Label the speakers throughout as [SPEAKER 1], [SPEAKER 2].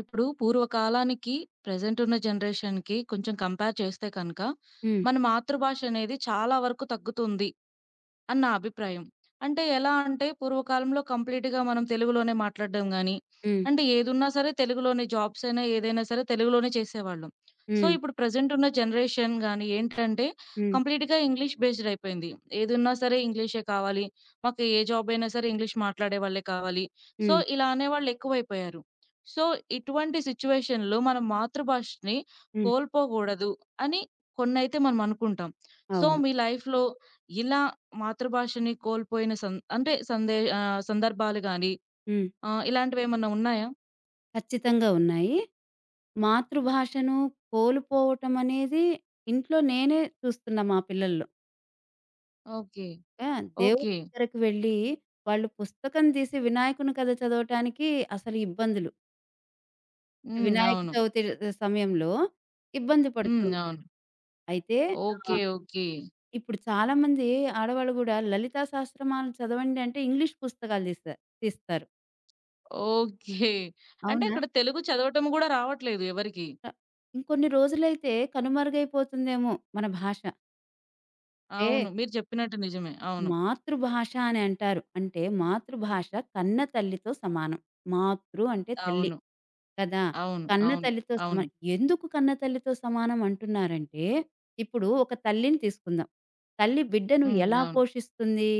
[SPEAKER 1] ఇప్పుడు పూర్వకాలానికి, ప్రెజెంట్ ఉన్న జనరేషన్‌కి కొంచెం కంపేర్ చేస్తే కనుక,
[SPEAKER 2] హ్మ్.
[SPEAKER 1] మన మాతృభాష అనేది చాలా వరకు తగ్గుతుంది. అని నా అభిప్రాయం. అంటే ఎలా అంటే పూర్వకాలంలో కంప్లీట్‌గా మనం తెలుగులోనే మాట్లాడడం గాని,
[SPEAKER 2] హ్మ్.
[SPEAKER 1] అంటే ఏదున్నా సరే తెలుగులోనే జాబ్స్ అయినా ఏదైనా సరే తెలుగులోనే చేసేవాళ్ళం. సో,
[SPEAKER 2] హ్మ్.
[SPEAKER 1] ఇప్పుడు ప్రెజెంట్ ఉన్న జనరేషన్ గాని ఏంటంటే
[SPEAKER 2] హ్మ్.
[SPEAKER 1] కంప్లీట్‌గా ఇంగ్లీష్ బేస్డ్ అయిపోయింది. ఏదున్నా సరే ఇంగ్లీషే కావాలి. మాకు ఏ జాబ్ అయినా సరే ఇంగ్లీష్ మాట్లాడే వాళ్ళే కావాలి. సో,
[SPEAKER 2] హ్మ్.
[SPEAKER 1] ఇలా అనేవాళ్ళు ఎక్కువైపోయారు. సో, ఇటువంటి సిట్యుయేషన్‌లో మన మాతృభాషని
[SPEAKER 2] హ్మ్.
[SPEAKER 1] కోల్పోకూడదు అని కొన్నైతే మనం అనుకుంటాం. సో,
[SPEAKER 2] అవును.
[SPEAKER 1] మీ లైఫ్‌లో ఇలా మాతృభాషని కోల్పోయిన సం అంటే సందే ఆహ్, సందర్భాలు గాని
[SPEAKER 2] హ్మ్.
[SPEAKER 1] ఇలాంటివేమన్నా ఉన్నాయా?
[SPEAKER 2] ఖచ్చితంగా ఉన్నాయి. మాతృభాషను కోల్పోవటం అనేది ఇంట్లో నేనే చూస్తున్నా మా పిల్లల్లో.
[SPEAKER 1] ఓకే.
[SPEAKER 2] ఆ! దేవుడి
[SPEAKER 1] ఓకే.
[SPEAKER 2] దగ్గరకి వెళ్ళి వాళ్ళు పుస్తకం తీసి వినాయకుని కథ చదవటానికి అసలు ఇబ్బందులు.
[SPEAKER 1] హ్మ్.
[SPEAKER 2] వినాయక
[SPEAKER 1] అవును.
[SPEAKER 2] చవితి సమయంలో ఇబ్బంది పడుతూ
[SPEAKER 1] హ్మ్.
[SPEAKER 2] ఉంటారు.
[SPEAKER 1] అవును.
[SPEAKER 2] అయితే ఆ!
[SPEAKER 1] ఓకే. ఓకే.
[SPEAKER 2] ఇప్పుడు చాలామంది ఆడవాళ్ళు గూడా లలితా సహస్రనామాలు చదవండి అంటే ఇంగ్లీష్ పుస్తకాలు తీస్తారు తీస్తారు.
[SPEAKER 1] ఓకే. అంటే
[SPEAKER 2] అవునా?
[SPEAKER 1] అక్కడ తెలుగు చదవటం గూడా రావట్లేదు ఎవరికీ.
[SPEAKER 2] ఇంకొన్ని రోజులైతే కనుమరుగైపోతుందేమో మన భాష. అంటే
[SPEAKER 1] అవును. మీరు చెప్పినట్టు నిజమే. అవును.
[SPEAKER 2] మాతృభాష అని అంటారు. అంటే మాతృభాష కన్న తల్లితో సమానం. మాతృ అంటే తల్లి
[SPEAKER 1] అవును.
[SPEAKER 2] కదా!
[SPEAKER 1] అవును.
[SPEAKER 2] కన్న
[SPEAKER 1] అవును.
[SPEAKER 2] తల్లితో సమా
[SPEAKER 1] అవును.
[SPEAKER 2] ఎందుకు కన్న తల్లితో సమానం అంటున్నారంటే, ఇప్పుడు ఒక తల్లిని తీసుకుందాం. తల్లి బిడ్డను
[SPEAKER 1] హ్మ్.
[SPEAKER 2] ఎలా
[SPEAKER 1] అవును.
[SPEAKER 2] పోషిస్తుంది?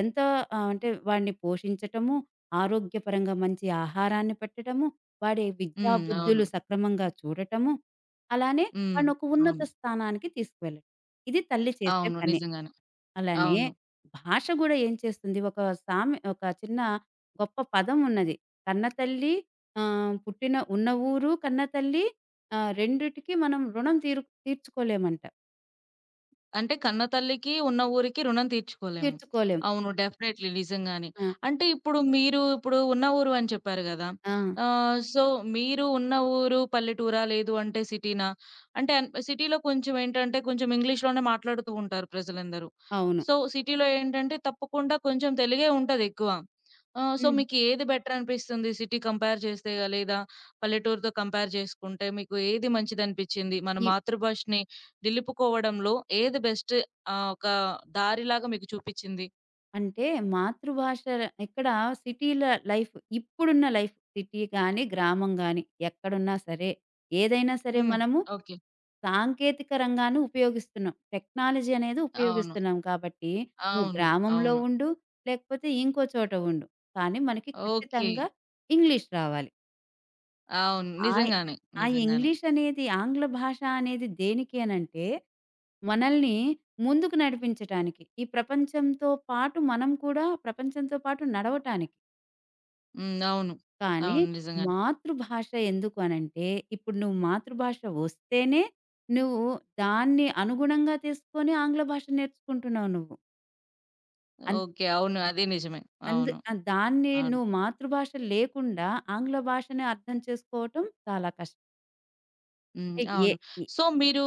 [SPEAKER 2] ఎంత అంటే వాడిని పోషించటము, ఆరోగ్యపరంగా మంచి ఆహారాన్ని పెట్టటము, వాడి విద్యా
[SPEAKER 1] హ్మ్. అవును.
[SPEAKER 2] బుద్ధులు సక్రమంగా చూడటము, అలానే
[SPEAKER 1] హ్మ్.
[SPEAKER 2] వాడిని ఒక ఉన్నత
[SPEAKER 1] అవును.
[SPEAKER 2] స్థానానికి తీసుకువెళ్ళటం. ఇది తల్లి చేసే
[SPEAKER 1] అవును.
[SPEAKER 2] పని.
[SPEAKER 1] నిజంగానే.
[SPEAKER 2] అలానే
[SPEAKER 1] అవును.
[SPEAKER 2] భాష గూడా ఏం చేస్తుంది, ఒక ఒక చిన్న గొప్ప పదం ఉన్నది. కన్నతల్లి, పుట్టిన ఉన్న ఊరు కన్నతల్లి, రెండిటికి మనం రుణం తీర్చుకోలేమంట.
[SPEAKER 1] అంటే కన్నతల్లికి, ఉన్న ఊరికి రుణం తీర్చుకోలేము.
[SPEAKER 2] తీర్చుకోలేం.
[SPEAKER 1] అవును. హ్మ్. డెఫినైట్‌లీ నిజంగానే.
[SPEAKER 2] ఆ!
[SPEAKER 1] అంటే ఇప్పుడు మీరు ఇప్పుడు ఉన్న ఊరు అని చెప్పారు గదా!
[SPEAKER 2] ఆ!
[SPEAKER 1] సో, మీరు ఉన్న ఊరు పల్లెటూరా? లేదు అంటే సిటీనా? అంటే సిటీలో కొంచెం ఏంటంటే కొంచెం ఇంగ్లీష్‌లోనే మాట్లాడుతూ ఉంటారు ప్రజలందరూ.
[SPEAKER 2] అవును.
[SPEAKER 1] సో, సిటీలో ఏంటంటే తప్పకుండా కొంచెం తెలుగే ఉంటదెక్కువ. సో,
[SPEAKER 2] హ్మ్.
[SPEAKER 1] మీకు ఏది బెటర్ అనిపిస్తుంది? సిటీ కంపేర్ చేస్తే లేదా పల్లెటూరుతో కంపేర్ చేసుకుంటే మీకు ఏది మంచిదనిపిచ్చింది? మన
[SPEAKER 2] ఈ
[SPEAKER 1] మాతృభాషని నిలుపుకోవడంలో ఏది బెస్ట్ ఒక దారిలాగా మీకు చూపిచ్చింది?
[SPEAKER 2] అంటే మాతృభాష ఇక్కడ సిటీల లైఫ్, ఇప్పుడున్న లైఫ్ సిటీ గాని, గ్రామం గాని ఎక్కడున్నా సరే, ఏదైనా సరే
[SPEAKER 1] హ్మ్.
[SPEAKER 2] మనము
[SPEAKER 1] ఓకే.
[SPEAKER 2] సాంకేతిక రంగాన్ని ఉపయోగిస్తున్నాం. టెక్నాలజీ అనేది
[SPEAKER 1] అవును.
[SPEAKER 2] ఉపయోగిస్తున్నాం కాబట్టి, నువ్వు
[SPEAKER 1] అవును.
[SPEAKER 2] గ్రామంలో
[SPEAKER 1] అవును.
[SPEAKER 2] ఉండు, లేకపోతే ఇంకో చోట ఉండు. కానీ మనకి
[SPEAKER 1] ఓకే.
[SPEAKER 2] ఖచ్చితంగా ఇంగ్లీష్ రావాలి.
[SPEAKER 1] అవును.
[SPEAKER 2] ఆయ్
[SPEAKER 1] నిజంగానే.
[SPEAKER 2] ఆ
[SPEAKER 1] నిజంగానే.
[SPEAKER 2] ఇంగ్లీష్ అనేది, ఆంగ్ల భాష అనేది దేనికేనంటే, మనల్ని ముందుకు నడిపించటానికి. ఈ ప్రపంచంతో పాటు మనం కూడా ప్రపంచంతో పాటు నడవటానికి.
[SPEAKER 1] హ్మ్. అవును.
[SPEAKER 2] కానీ
[SPEAKER 1] అవును. నిజంగానే.
[SPEAKER 2] మాతృభాష ఎందుకు అనంటే, ఇప్పుడు నువ్వు మాతృభాష వస్తేనే, నువ్వు దాన్ని అనుగుణంగా తీసుకొని ఆంగ్ల భాష నేర్చుకుంటున్నావు నువ్వు. అన్
[SPEAKER 1] ఓకే. అవును. అది నిజమే. అవును.
[SPEAKER 2] దాన్ని
[SPEAKER 1] అవును.
[SPEAKER 2] నువ్వు మాతృభాష లేకుండా ఆంగ్ల భాషని అర్థం చేసుకోవటం చాలా కష్టం.
[SPEAKER 1] హ్మ్.
[SPEAKER 2] ఏ ఏ
[SPEAKER 1] అవును. సో, మీరు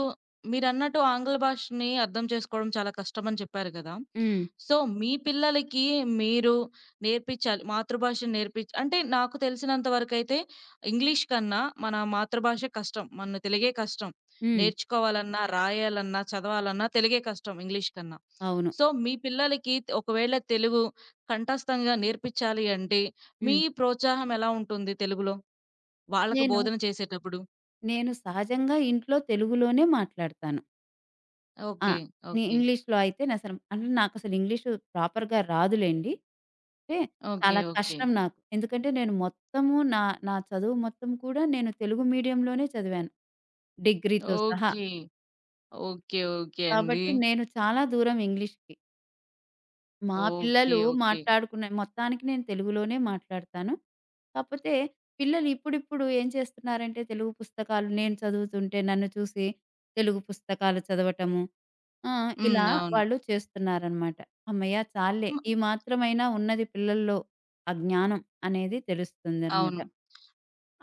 [SPEAKER 1] మీరన్నట్టు ఆంగ్ల భాషని అర్థం చేసుకోవడం చాలా కష్టమని చెప్పారు కదా!
[SPEAKER 2] హ్మ్.
[SPEAKER 1] సో, మీ పిల్లలకి మీరు నేర్పించాలి. మాతృభాష అంటే నాకు తెలిసినంత వరకైతే ఇంగ్లీష్ కన్నా మన మాతృభాష కష్టం. మన తెలుగే కష్టం.
[SPEAKER 2] హ్మ్.
[SPEAKER 1] నేర్చుకోవాలన్నా, రాయాలన్నా, చదవాలన్నా తెలుగే కష్టం ఇంగ్లీష్ కన్నా.
[SPEAKER 2] అవును.
[SPEAKER 1] సో, మీ పిల్లలకి ఒకవేళ తెలుగు కంఠస్థంగా నేర్పించాలి అంటే, మీ
[SPEAKER 2] హ్మ్.
[SPEAKER 1] ప్రోత్సాహం ఎలా ఉంటుంది తెలుగులో? వాళ్ళకి
[SPEAKER 2] నేను,
[SPEAKER 1] బోధన చేసేటప్పుడు?
[SPEAKER 2] నేను సహజంగా ఇంట్లో తెలుగులోనే మాట్లాడతాను. ఆ!
[SPEAKER 1] ఓకే.
[SPEAKER 2] నే
[SPEAKER 1] ఓకే.
[SPEAKER 2] ఇంగ్లీష్‌లో అయితే నేసలు అంటే నాకసలు ఇంగ్లీషు ప్రాపర్‌గా రాదులెండి. అంటే
[SPEAKER 1] ఓకే.
[SPEAKER 2] చాలా
[SPEAKER 1] ఓకే.
[SPEAKER 2] కష్టం నాకు. ఎందుకంటే నేను మొత్తము నా చదువు మొత్తం కూడా నేను తెలుగు మీడియంలోనే చదివాను. డిగ్రీతో సహా.
[SPEAKER 1] ఓకే. ఓకే. ఓకే అండి.
[SPEAKER 2] కాబట్టి నేను చాలా దూరం ఇంగ్లీష్‌కి. మా
[SPEAKER 1] ఓకే.
[SPEAKER 2] పిల్లలు
[SPEAKER 1] ఓకే.
[SPEAKER 2] మాట్లాడుకునే మొత్తానికి నేను తెలుగులోనే మాట్లాడతాను. కాపోతే పిల్లలు ఇప్పుడిప్పుడు ఏం చేస్తున్నారంటే తెలుగు పుస్తకాలు నేను చదువుతుంటే నన్ను చూసి తెలుగు పుస్తకాలు చదవటము. ఆ!
[SPEAKER 1] హ్మ్.
[SPEAKER 2] ఇలా
[SPEAKER 1] అవును.
[SPEAKER 2] వాళ్ళు చేస్తున్నారనమాట. హమ్మయ్య! చాల్లే,
[SPEAKER 1] మ
[SPEAKER 2] ఈ మాత్రమైనా ఉన్నది పిల్లల్లో ఆ జ్ఞానం అనేది తెలుస్తుందనమాట.
[SPEAKER 1] అవును.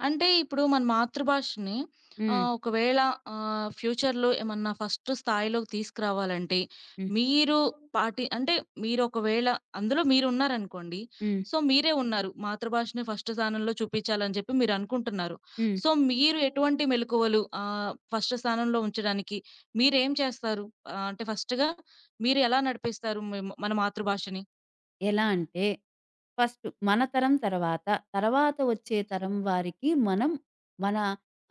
[SPEAKER 1] అంటే ఇప్పుడు మన మాతృభాషని
[SPEAKER 2] హ్మ్.
[SPEAKER 1] ఒకవేళ ఫ్యూచర్‌లో ఏమన్నా ఫస్ట్ స్థాయిలోకి తీసుకురావాలంటే,
[SPEAKER 2] హ్మ్.
[SPEAKER 1] మీరు పాటి అంటే మీరొకవేళ అందులో మీరున్నారనుకోండి.
[SPEAKER 2] హ్మ్.
[SPEAKER 1] సో, మీరే ఉన్నారు. మాతృభాషని ఫస్ట్ స్థానంలో చూపించాలని చెప్పి మీరనుకుంటున్నారు.
[SPEAKER 2] హ్మ్.
[SPEAKER 1] సో, మీరు ఎటువంటి మెళకువలు ఫస్ట్ స్థానంలో ఉంచడానికి మీరేం చేస్తారు? అంటే ఫస్ట్‌గా మీరెలా నడిపిస్తారు మన మాతృభాషని?
[SPEAKER 2] ఎలా అంటే, ఫస్ట్ మన తరం తర్వాత, తర్వాత వచ్చే
[SPEAKER 1] హ్మ్.
[SPEAKER 2] తరం వారికి మనం మన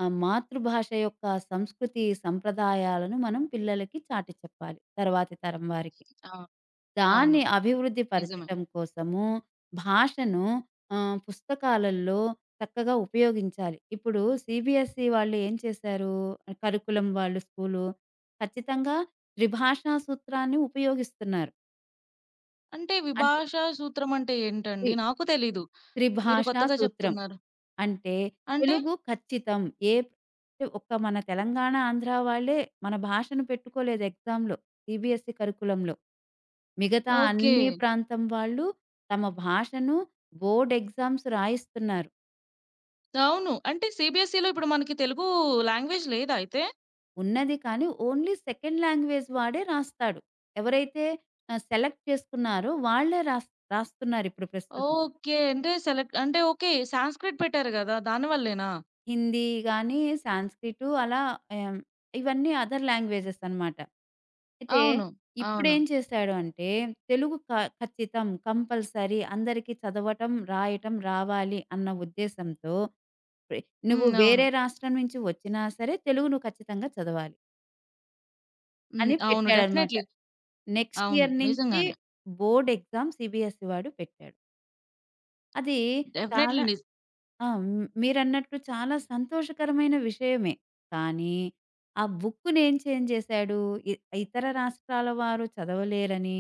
[SPEAKER 2] మాతృభాష యొక్క సంస్కృతి, సంప్రదాయాలను మనం పిల్లలకి చాటి చెప్పాలి. తర్వాతి తరం వారికి.
[SPEAKER 1] అవును. అవును.
[SPEAKER 2] దాన్ని అభివృద్ధి
[SPEAKER 1] నిజమే.
[SPEAKER 2] పరచటం కోసము భాషను పుస్తకాలల్లో చక్కగా ఉపయోగించాలి. ఇప్పుడు సీబీఎస్‌ఈ వాళ్ళు ఏం చేశారు? కరికులం వాళ్ళు స్కూలు ఖచ్చితంగా త్రిభాషా సూత్రాన్ని ఉపయోగిస్తున్నారు.
[SPEAKER 1] అంటే
[SPEAKER 2] అంటే
[SPEAKER 1] విభాషా సూత్రం అంటే
[SPEAKER 2] త్రి
[SPEAKER 1] ఏంటండి? నాకు తెలీదు. మీరు
[SPEAKER 2] త్రిభాషా
[SPEAKER 1] కొత్తగా
[SPEAKER 2] సూత్రం.
[SPEAKER 1] చెప్తున్నారు.
[SPEAKER 2] అంటే
[SPEAKER 1] అంటే
[SPEAKER 2] తెలుగు ఖచ్చితం. ఏ అంటే ఒక్క మన తెలంగాణ, ఆంధ్ర వాళ్ళే మన భాషను పెట్టుకోలేదు ఎగ్జామ్‌లో. సీబీఎస్‌ఈ కరిక్యులంలో. మిగతా
[SPEAKER 1] ఓకే.
[SPEAKER 2] అన్ని ప్రాంతం వాళ్ళు తమ భాషను బోర్డ్ ఎగ్జామ్స్ రాయిస్తున్నారు.
[SPEAKER 1] అవును. అంటే సీబీఎస్ఈలో ఇప్పుడు మనకి తెలుగు లాంగ్వేజ్ లేదా అయితే?
[SPEAKER 2] ఉన్నది కానీ ఓన్లీ సెకండ్ లాంగ్వేజ్ వాడే రాస్తాడు. ఎవరైతే సెలెక్ట్ చేసుకున్నారో వాళ్ళే రాస్తున్నారిప్పుడు ప్రస్తుతం.
[SPEAKER 1] ఓకే. అంటే సెలెక్ట్ అంటే ఓకే. సాంస్క్రిట్ పెట్టారు గదా! దాని వల్లేనా?
[SPEAKER 2] హిందీ గాని, సాంస్క్రిటు అలా ఆహ్, ఇవన్నీ అదర్ లాంగ్వేజెస్ అనమాట. అయితే
[SPEAKER 1] అవును. అవును.
[SPEAKER 2] ఇప్పుడేం చేశాడు అంటే, తెలుగు ఖచ్చితం, కంపల్సరీ అందరికీ చదవటం, రాయటం రావాలి అన్న ఉద్దేశంతో ప్రె నువ్వు
[SPEAKER 1] హ్మ్. అవును.
[SPEAKER 2] వేరే రాష్ట్రం నుంచి వచ్చినా సరే, తెలుగు నువ్వు ఖచ్చితంగా చదవాలి
[SPEAKER 1] హ్మ్.
[SPEAKER 2] అని
[SPEAKER 1] అవును.
[SPEAKER 2] పెట్టాడనమాట.
[SPEAKER 1] డెఫినైట్‌లీ.
[SPEAKER 2] నెక్స్ట్
[SPEAKER 1] అవును.
[SPEAKER 2] ఇయర్ నుంచి
[SPEAKER 1] నిజంగానే.
[SPEAKER 2] బోర్డ్ ఎగ్జామ్ సీబీఎస్‌ఈ వాడు పెట్టాడు. అది
[SPEAKER 1] డెఫినైట్‌లీ
[SPEAKER 2] చాలా ఆ! హ్మ్. మీరన్నట్టు చాలా సంతోషకరమైన విషయమే. కానీ, ఆ బుక్కుని ఏం చేంజ్ చేశాడు, ఇ ఇతర రాష్ట్రాల వారు చదవలేరని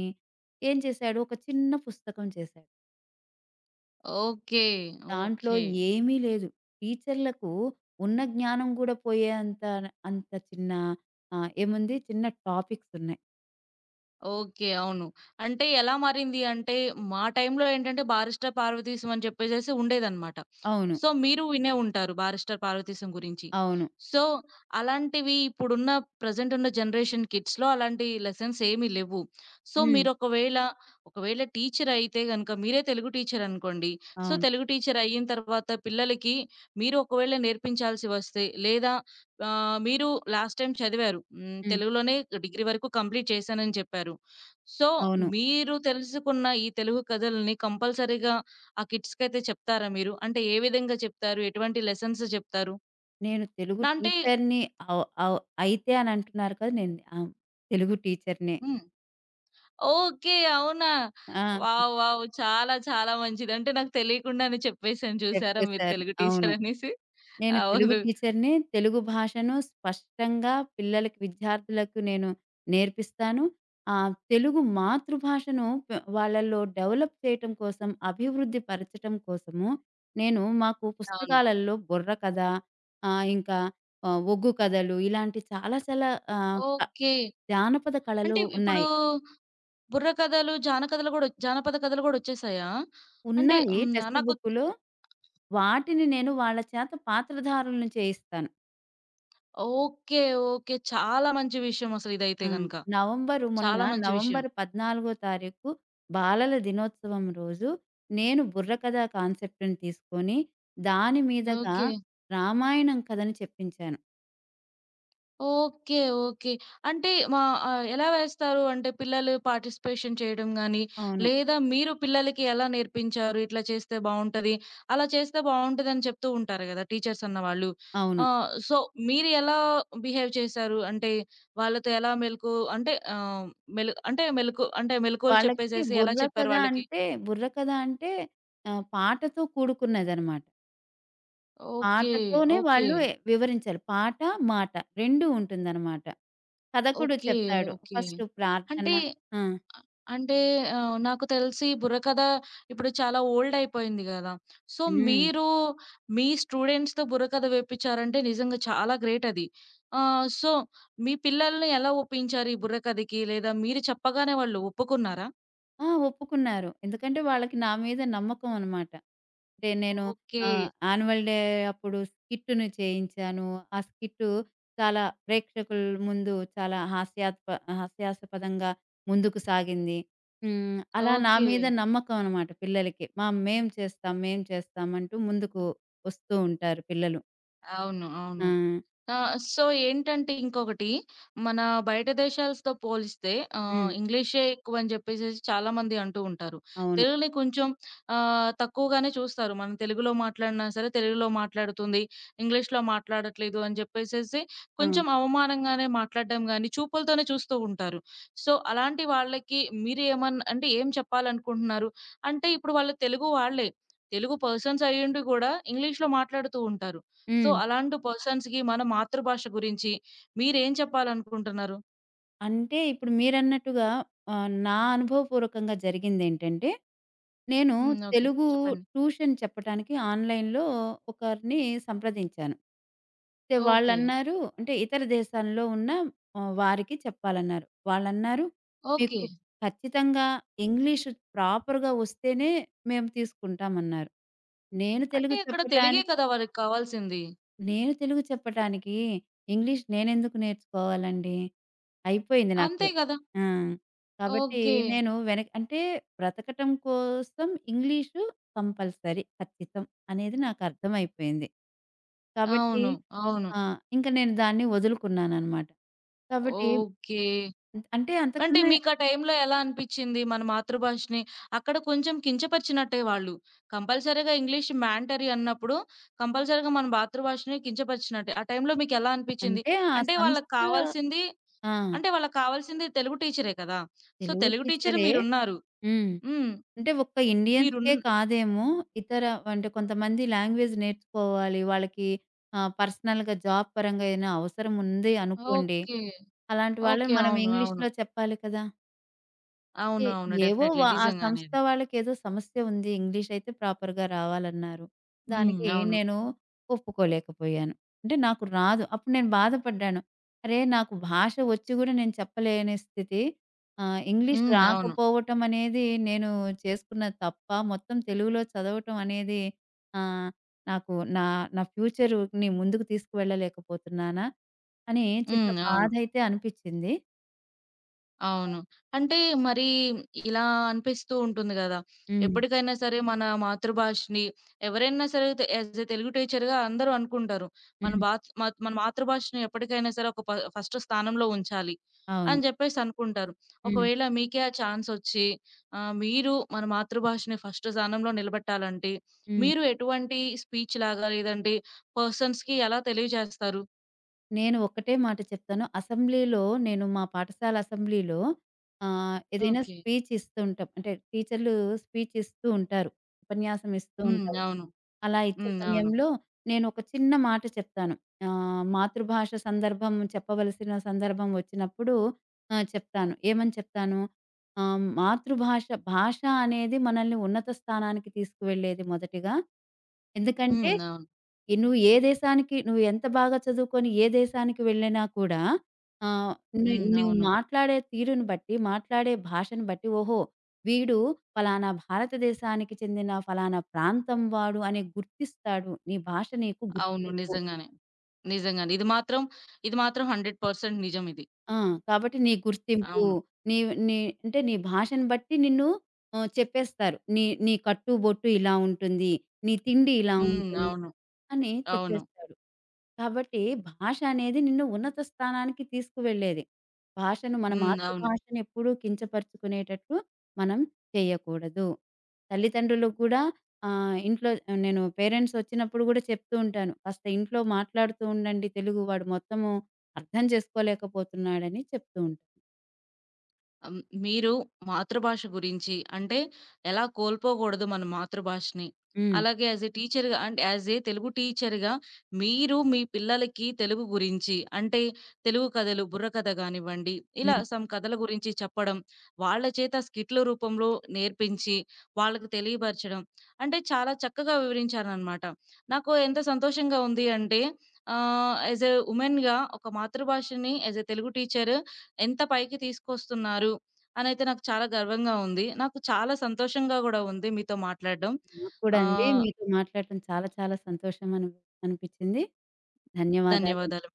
[SPEAKER 2] ఏం చేశాడు, ఒక చిన్న పుస్తకం చేశాడు.
[SPEAKER 1] ఓకే.
[SPEAKER 2] దాంట్లో
[SPEAKER 1] ఓకే.
[SPEAKER 2] ఏమీ లేదు. టీచర్లకు ఉన్న జ్ఞానం కూడా పోయేంత అంత అంత చిన్న ఏముంది, చిన్న టాపిక్స్ ఉన్నాయి.
[SPEAKER 1] ఓకే. అవును. అంటే ఎలా మారింది అంటే, మా టైంలో ఏంటంటే 'బారిస్టర్ పార్వతీశం' అని చెప్పేసేసి ఉండేదనమాట.
[SPEAKER 2] అవును.
[SPEAKER 1] సో, మీరు వినే ఉంటారు 'బారిస్టర్ పార్వతీశం' గురించి.
[SPEAKER 2] అవును.
[SPEAKER 1] సో, అలాంటివి ఇప్పుడున్న ప్రెజెంట్ ఉన్న జనరేషన్ కిడ్స్‌లో అలాంటి లెసన్స్ ఏమీ లెవ్వు. సో,
[SPEAKER 2] హ్మ్.
[SPEAKER 1] మీరొకవేళ, ఒకవేళ ఒకవేళ టీచర్ అయితే గనక మీరే తెలుగు టీచర్ అనుకోండి. సో,
[SPEAKER 2] అవును.
[SPEAKER 1] తెలుగు టీచర్ అయిన తర్వాత పిల్లలకి మీరు ఒకవేళ నేర్పించాల్సి వస్తే లేదా మీరు లాస్ట్ టైమ్ చదివారు. హ్మ్.
[SPEAKER 2] హ్మ్.
[SPEAKER 1] తెలుగులోనే డిగ్రీ వరకు కంప్లీట్ చేశానని చెప్పారు. సో,
[SPEAKER 2] అవును.
[SPEAKER 1] మీరు తెలుసుకున్న ఈ తెలుగు కథలని కంపల్సరీగా ఆ కిడ్స్‌కైతే చెప్తారా మీరు? అంటే ఏ విధంగా చెప్తారు? ఎటువంటి లెసన్స్ చెప్తారు?
[SPEAKER 2] నేను తెలుగు
[SPEAKER 1] నా అంటే
[SPEAKER 2] టీచర్‌ని. అవ్ అవ్ అయితే అని అంటున్నారు కదా! నేను తెలుగు టీచర్‌నే.
[SPEAKER 1] హ్మ్. ఓకే. అవునా?
[SPEAKER 2] ఆ!
[SPEAKER 1] వావ్! వావ్! చాలా చాలా మంచిది. అంటే నాకు తెలియకుండానే చెప్పేసాను చూసారా మీరు
[SPEAKER 2] చెప్పేసారు.
[SPEAKER 1] తెలుగు
[SPEAKER 2] అవును.
[SPEAKER 1] టీచర్ అనేసి.
[SPEAKER 2] నేను తెలుగు
[SPEAKER 1] అవును.
[SPEAKER 2] టీచర్‌ని. తెలుగు భాషను స్పష్టంగా పిల్లలకి, విద్యార్థులకు నేను నేర్పిస్తాను. ఆహ్, తెలుగు మాతృభాషను వాళ్ళలో డెవలప్ చేయటం కోసం, అభివృద్ధి పరచటం కోసము నేను, మాకు
[SPEAKER 1] అవును.
[SPEAKER 2] పుస్తకాలలో బుర్ర కథ, ఇంకా ఒగ్గు కథలు, ఇలాంటి చాలా చాలా ఆహ్, క
[SPEAKER 1] ఓకే.
[SPEAKER 2] జానపద కళలు
[SPEAKER 1] అంటే ఇప్పుడు
[SPEAKER 2] ఉన్నాయి.
[SPEAKER 1] బుర్ర కథలు, జానకథలు గూడా జానపద కథలు గూడొచ్చేసాయా? అంటే
[SPEAKER 2] ఉన్నాయి
[SPEAKER 1] హ్మ్.
[SPEAKER 2] టెక్స్ట్
[SPEAKER 1] నాకు
[SPEAKER 2] బుక్‌లో. వాటిని నేను వాళ్ళ చేత పాత్రధారులను చేయిస్తాను.
[SPEAKER 1] ఓకే. ఓకే. చాలా మంచి విషయం అసలిదైతే
[SPEAKER 2] ఆ!
[SPEAKER 1] గనక.
[SPEAKER 2] మొన్న
[SPEAKER 1] చాలా మంచి విషయం.
[SPEAKER 2] నవంబర్ 14 తారీఖు బాలల దినోత్సవం రోజు నేను బుర్రకథ కాన్సెప్ట్‌ని తీసుకొని, దాని మీదగా
[SPEAKER 1] ఓకే.
[SPEAKER 2] రామాయణం కథని చెప్పించాను.
[SPEAKER 1] ఓకే. ఓకే. అంటే మా ఎలా వేస్తారు? అంటే పిల్లలు పార్టిసిపేషన్ చేయడం గాని,
[SPEAKER 2] అవును.
[SPEAKER 1] లేదా మీరు పిల్లలకి ఎలా నేర్పించారు? ఇట్లా చేస్తే బావుంటది. అలా చేస్తే బావుంటదని చెప్తూ ఉంటారు గదా! టీచర్స్ అన్నవాళ్ళు.
[SPEAKER 2] అవును.
[SPEAKER 1] సో, మీరు ఎలా బిహేవ్ చేశారు? అంటే వాళ్ళతో ఎలా మెలుకు అంటే ఆహ్, మెలు అంటే మెలుకు అంటే మెలుకువలు
[SPEAKER 2] వాళ్ళకి
[SPEAKER 1] చెప్పేసేసి ఎలా చెప్పారు
[SPEAKER 2] బుర్రకథ
[SPEAKER 1] వాళ్ళకి?
[SPEAKER 2] అంటే, బుర్రకథ అంటే పాటతో కూడుకున్నదనమాట.
[SPEAKER 1] ఓకే.
[SPEAKER 2] పాటతోనే
[SPEAKER 1] ఓకే.
[SPEAKER 2] వాళ్ళు వివరించాలి. పాట, మాట 2 ఉంటుందనమాట. కథకుడు
[SPEAKER 1] ఓకే.
[SPEAKER 2] చెప్తాడు.
[SPEAKER 1] ఓకే.
[SPEAKER 2] ఫస్ట్ ప్రార్థన.
[SPEAKER 1] అంటే
[SPEAKER 2] ఆ!
[SPEAKER 1] అంటే నాకు తెలిసి బుర్రకథ ఇప్పుడు చాలా ఓల్డ్ అయిపోయింది గదా! సో,
[SPEAKER 2] హ్మ్.
[SPEAKER 1] మీరు మీ స్టూడెంట్స్‌తో బుర్రకథ వేపిచ్చారంటే నిజంగా చాలా గ్రేట్ అది. సో, మీ పిల్లల్ని ఎలా ఒప్పించారు ఈ బుర్రకథకి? లేదా మీరు చెప్పగానే వాళ్ళు ఒప్పుకున్నారా?
[SPEAKER 2] ఆ! ఒప్పుకున్నారు. ఎందుకంటే వాళ్ళకి నా మీద నమ్మకం అనమాట. అంటే నేను
[SPEAKER 1] ఓకే.
[SPEAKER 2] యాన్యువల్ డే అప్పుడు స్కిట్‌ని చేయించాను. ఆ స్కిట్ చాలా ప్రేక్షకుల ముందు చాలా హాస్యాస్పదంగా ముందుకు సాగింది. హ్మ్. అలా నా
[SPEAKER 1] ఓకే.
[SPEAKER 2] మీద నమ్మకం అనమాట పిల్లలకి. మేం చేస్తాం, మేం చేస్తాం అంటూ ముందుకు వస్తూ ఉంటారు పిల్లలు.
[SPEAKER 1] అవును.
[SPEAKER 2] ఆ!
[SPEAKER 1] అవును. ఆ! సో, ఏంటంటే ఇంకొకటి, మన బయట దేశాలతో పోలిస్తే
[SPEAKER 2] హ్మ్.
[SPEAKER 1] ఇంగ్లీషే ఎక్కువని జెప్పేసేసి చాలామంది అంటూ ఉంటారు.
[SPEAKER 2] అవును.
[SPEAKER 1] తెలుగుని కొంచెం తక్కువగానే చూస్తారు. మనం తెలుగులో మాట్లాడినా సరే, తెలుగులో మాట్లాడుతుంది, ఇంగ్లీష్‌లో మాట్లాడట్లేదు అని జెప్పేసేసి
[SPEAKER 2] ఆ!
[SPEAKER 1] కొంచెం అవమానంగానే మాట్లాడడం గానీ, చూపులతోనే చూస్తూ ఉంటారు. సో, అలాంటి వాళ్ళకి మీరేమన్ అంటే ఏం చెప్పాలనుకుంటున్నారు? అంటే ఇప్పుడు వాళ్ళు తెలుగు వాళ్ళే. తెలుగు పర్సన్స్ అయ్యుండి గూడా ఇంగ్లీష్‌లో మాట్లాడుతూ ఉంటారు. సో,
[SPEAKER 2] హ్మ్.
[SPEAKER 1] అలాంటి పర్సన్స్‌కి మన మాతృభాష గురించి మీరేం చెప్పాలనుకుంటున్నారు?
[SPEAKER 2] అంటే ఇప్పుడు మీరన్నట్టుగా నా అనుభవపూర్వకంగా జరిగిందేంటంటే, నేను
[SPEAKER 1] హ్మ్. ఓకే.
[SPEAKER 2] తెలుగు
[SPEAKER 1] చెప్పండి.
[SPEAKER 2] ట్యూషన్ చెప్పటానికి ఆన్‌లైన్‌లో ఒకరిని సంప్రదించాను. అయితే
[SPEAKER 1] ఓకే.
[SPEAKER 2] వాళ్ళన్నారు, అంటే ఇతర దేశాల్లో ఉన్న వారికి చెప్పాలన్నారు. వాళ్ళన్నారు,
[SPEAKER 1] ఓకే.
[SPEAKER 2] "మీకు ఖచ్చితంగా ఇంగ్లీష్ ప్రాపర్‌గా వస్తేనే మేము తీసుకుంటాం" అన్నారు. నేను
[SPEAKER 1] అంటే
[SPEAKER 2] తెలుగు
[SPEAKER 1] అక్కడ తెలుగే
[SPEAKER 2] చెప్పటాని
[SPEAKER 1] కదా! వాళ్ళకి కావాల్సింది.
[SPEAKER 2] నేను తెలుగు చెప్పటానికి ఇంగ్లీష్ నేనెందుకు నేర్చుకోవాలండి? అయిపోయింది నాకు.
[SPEAKER 1] అంతే గదా!
[SPEAKER 2] ఆ! కాబట్టి
[SPEAKER 1] ఓకే.
[SPEAKER 2] నేను వెనక్ అంటే బ్రతకటం కోసం ఇంగ్లీషు కంపల్సరీ, ఖచ్చితం అనేది నాకర్థమైపోయింది. కాబట్టి
[SPEAKER 1] అవును. అవును.
[SPEAKER 2] ఆ! ఇంక నేను దాన్ని వదులుకున్నాననమాట. కాబట్టి
[SPEAKER 1] ఓకే.
[SPEAKER 2] అంటే
[SPEAKER 1] అంటే
[SPEAKER 2] అంతకన్నా,
[SPEAKER 1] మీకు ఆ టైంలో ఎలా అనిపిచ్చింది? మన మాతృభాషని అక్కడ కొంచెం కించపరిచినట్టే వాళ్ళు. కంపల్సరీగా ఇంగ్లీష్ మాండటరీ అన్నప్పుడు కంపల్సరీగా మన మాతృభాషని కించపరిచినట్టే. ఆ టైంలో మీకెలా అనిపిచ్చింది?
[SPEAKER 2] అంటే ఆ
[SPEAKER 1] అంటే వాళ్ళకి
[SPEAKER 2] సంస్థ.
[SPEAKER 1] కావాల్సింది
[SPEAKER 2] ఆ!
[SPEAKER 1] అంటే వాళ్ళకి కావాల్సింది తెలుగు టీచరే కదా! సో,
[SPEAKER 2] తెలుగు
[SPEAKER 1] తెలుగు టీచర్
[SPEAKER 2] టీచరే.
[SPEAKER 1] మీరున్నారు.
[SPEAKER 2] హ్మ్.
[SPEAKER 1] హ్మ్.
[SPEAKER 2] అంటే ఒక్క
[SPEAKER 1] మీరున్
[SPEAKER 2] ఇండియన్స్‌కే కాదేమో. ఇతర అంటే కొంతమంది లాంగ్వేజ్ నేర్చుకోవాలి. వాళ్ళకి పర్సనల్‌గా జాబ్ పరంగా ఏదైనా అవసరం ఉంది అనుకోండి.
[SPEAKER 1] ఓకే.
[SPEAKER 2] అలాంటి వాళ్ళని
[SPEAKER 1] ఓకే.
[SPEAKER 2] మనం
[SPEAKER 1] అవును. అవును.
[SPEAKER 2] ఇంగ్లీష్‌లో చెప్పాలి కదా! ఏ
[SPEAKER 1] అవును. అవును.
[SPEAKER 2] ఏవో
[SPEAKER 1] డెఫినైట్‌లీ.
[SPEAKER 2] వా ఆ
[SPEAKER 1] నిజంగానే
[SPEAKER 2] సంస్థ
[SPEAKER 1] అది.
[SPEAKER 2] వాళ్ళకేదో సమస్య ఉంది. ఇంగ్లీష్ అయితే ప్రాపర్‌గా రావాలన్నారు.
[SPEAKER 1] హ్మ్.
[SPEAKER 2] దానికి
[SPEAKER 1] అవును.
[SPEAKER 2] నేను ఒప్పుకోలేకపోయాను. అంటే నాకు రాదు. అప్పుడు నేను బాధపడ్డాను. అరే! నాకు భాష వచ్చి గూడా నేను చెప్పలేని స్థితి. ఆహ్, ఇంగ్లీష్
[SPEAKER 1] హ్మ్. అవును.
[SPEAKER 2] రాకపోవటం అనేది నేను చేసుకున్న తప్ప. మొత్తం తెలుగులో చదవటం అనేది ఆహ్, నాకు, నా నా ఫ్యూచర్‌ని ముందుకు తీసుకువెళ్ళలేకపోతున్నానా? అని చిన్న
[SPEAKER 1] హ్మ్. అవును.
[SPEAKER 2] బాధ అయితే అనిపిచ్చింది.
[SPEAKER 1] అవును. అంటే మరి ఇలా అనిపిస్తూ ఉంటుంది గదా!
[SPEAKER 2] హ్మ్.
[SPEAKER 1] ఎప్పటికైనా సరే మన మాతృభాషని ఎవరైనా సరే యాస్ ఎ తెలుగు టీచర్‌గా అందరూ అనుకుంటారు. మన
[SPEAKER 2] హ్మ్.
[SPEAKER 1] బాత్ మా మన మాతృభాషని ఎప్పటికైనా సరే ఒక ఫస్ట్ స్థానంలో ఉంచాలి
[SPEAKER 2] అవును.
[SPEAKER 1] అని జెప్పేసి అనుకుంటారు.
[SPEAKER 2] హ్మ్.
[SPEAKER 1] ఒకవేళ మీకే ఆ ఛాన్సొచ్చి మీరు మన మాతృభాషని ఫస్ట్ స్థానంలో నిలబెట్టాలంటే
[SPEAKER 2] హ్మ్.
[SPEAKER 1] మీరు ఎటువంటి స్పీచ్‌లాగా లేదంటే పర్సన్స్‌కి ఎలా తెలియజేస్తారు?
[SPEAKER 2] నేను ఒక్కటే మాట చెప్తాను. అసెంబ్లీలో, నేను మా పాఠశాల అసెంబ్లీలో ఏదైనా
[SPEAKER 1] ఓకే.
[SPEAKER 2] స్పీచ్ ఇస్తుంటాం. అంటే టీచర్‌లు స్పీచ్ ఇస్తూ ఉంటారు. ఉపన్యాసం ఇస్తూ హ్మ్
[SPEAKER 1] హ్మ్.
[SPEAKER 2] ఉంటారు.
[SPEAKER 1] అవును.
[SPEAKER 2] అలా ఇచ్చే
[SPEAKER 1] హ్మ్. అవును.
[SPEAKER 2] సమయంలో నేను ఒక చిన్న మాట చెప్తాను. ఆహ్, మాతృభాష సందర్భం చెప్పవలసిన సందర్భం వచ్చినప్పుడు చెప్తాను. ఏమని చెప్తాను? ఆహ్, మాతృభాష భాష అనేది మనల్ని ఉన్నత స్థానానికి తీసుకువెళ్ళేది మొదటిగా.
[SPEAKER 1] హ్మ్.
[SPEAKER 2] ఎందుకంటే
[SPEAKER 1] అవును.
[SPEAKER 2] నువ్వు ఏ దేశానికి, నువ్వు ఎంత బాగా చదువుకొని ఏ దేశానికి వెళ్ళినా కూడా ఆహ్, నీ
[SPEAKER 1] హ్మ్.
[SPEAKER 2] నువ్వు
[SPEAKER 1] అవును.
[SPEAKER 2] మాట్లాడే తీరుని బట్టి, మాట్లాడే భాషను బట్టి, ఓహో! వీడు ఫలానా భారతదేశానికి చెందిన ఫలానా ప్రాంతం వాడు అని గుర్తిస్తాడు. నీ భాష నీకు
[SPEAKER 1] అవును.
[SPEAKER 2] గుర్తింపు.
[SPEAKER 1] నిజంగానే. నిజంగానే. ఇది మాత్రం 100% నిజం ఇది.
[SPEAKER 2] ఆ! కాబట్టి నీ గుర్తింపు,
[SPEAKER 1] అవును.
[SPEAKER 2] నీ నీ అంటే నీ భాషను బట్టి నిన్ను చెప్పేస్తారు. నీ నీ కట్టు, బొట్టు ఇలా ఉంటుంది. నీ తిండి ఇలా
[SPEAKER 1] హ్మ్.
[SPEAKER 2] ఉంటుంది.
[SPEAKER 1] అవును.
[SPEAKER 2] అని
[SPEAKER 1] అవును.
[SPEAKER 2] చెప్పేస్తాడు. కాబట్టి భాష అనేది నిన్ను ఉన్నత స్థానానికి తీసుకువెళ్ళేది. భాషను, మన
[SPEAKER 1] హ్మ్. అవును.
[SPEAKER 2] మాతృభాషను ఎప్పుడూ కించపరుచుకునేటట్లు మనం చేయకూడదు. తల్లిదండ్రులు కూడా ఇంట్లో, నేను పేరెంట్స్ వచ్చినప్పుడు కూడా చెప్తూ ఉంటాను. కాస్త ఇంట్లో మాట్లాడుతూ ఉండండి తెలుగు. వాడు మొత్తము అర్థం చేసుకోలేకపోతున్నాడని చెప్తూ ఉంటాను.
[SPEAKER 1] మీరు మాతృభాష గురించి అంటే ఎలా కోల్పోకూడదు మన మాతృభాషని.
[SPEAKER 2] హ్మ్.
[SPEAKER 1] అలాగే యాస్ ఎ టీచర్‌గా అంటే యాస్ ఎ తెలుగు టీచర్‌గా మీరు మీ పిల్లలకి తెలుగు గురించి అంటే తెలుగు కథలు, బుర్రకథ గానివ్వండి, ఇలా
[SPEAKER 2] హ్మ్.
[SPEAKER 1] సమ్ కథల గురించి చెప్పడం, వాళ్ళ చేత స్కిట్‌ల రూపంలో నేర్పించి, వాళ్ళకి తెలియపరచడం అంటే చాలా చక్కగా వివరించారనమాట. నాకు ఎంత సంతోషంగా ఉంది అంటే యాస్ ఎ వుమెన్‌గా ఒక మాతృభాషని యాస్ ఎ తెలుగు టీచర్ ఎంత పైకి తీసుకొస్తున్నారు అనైతే నాకు చాలా గర్వంగా ఉంది. నాకు చాలా సంతోషంగా గూడా ఉంది మీతో మాట్లాడడం.
[SPEAKER 2] నాకు కూడా అండి
[SPEAKER 1] ఆహ్,
[SPEAKER 2] మీతో మాట్లాడటం చాలా చాలా సంతోషం అని అనిపించింది. ధన్యవాదాలు.
[SPEAKER 1] ధన్యవాదాలు.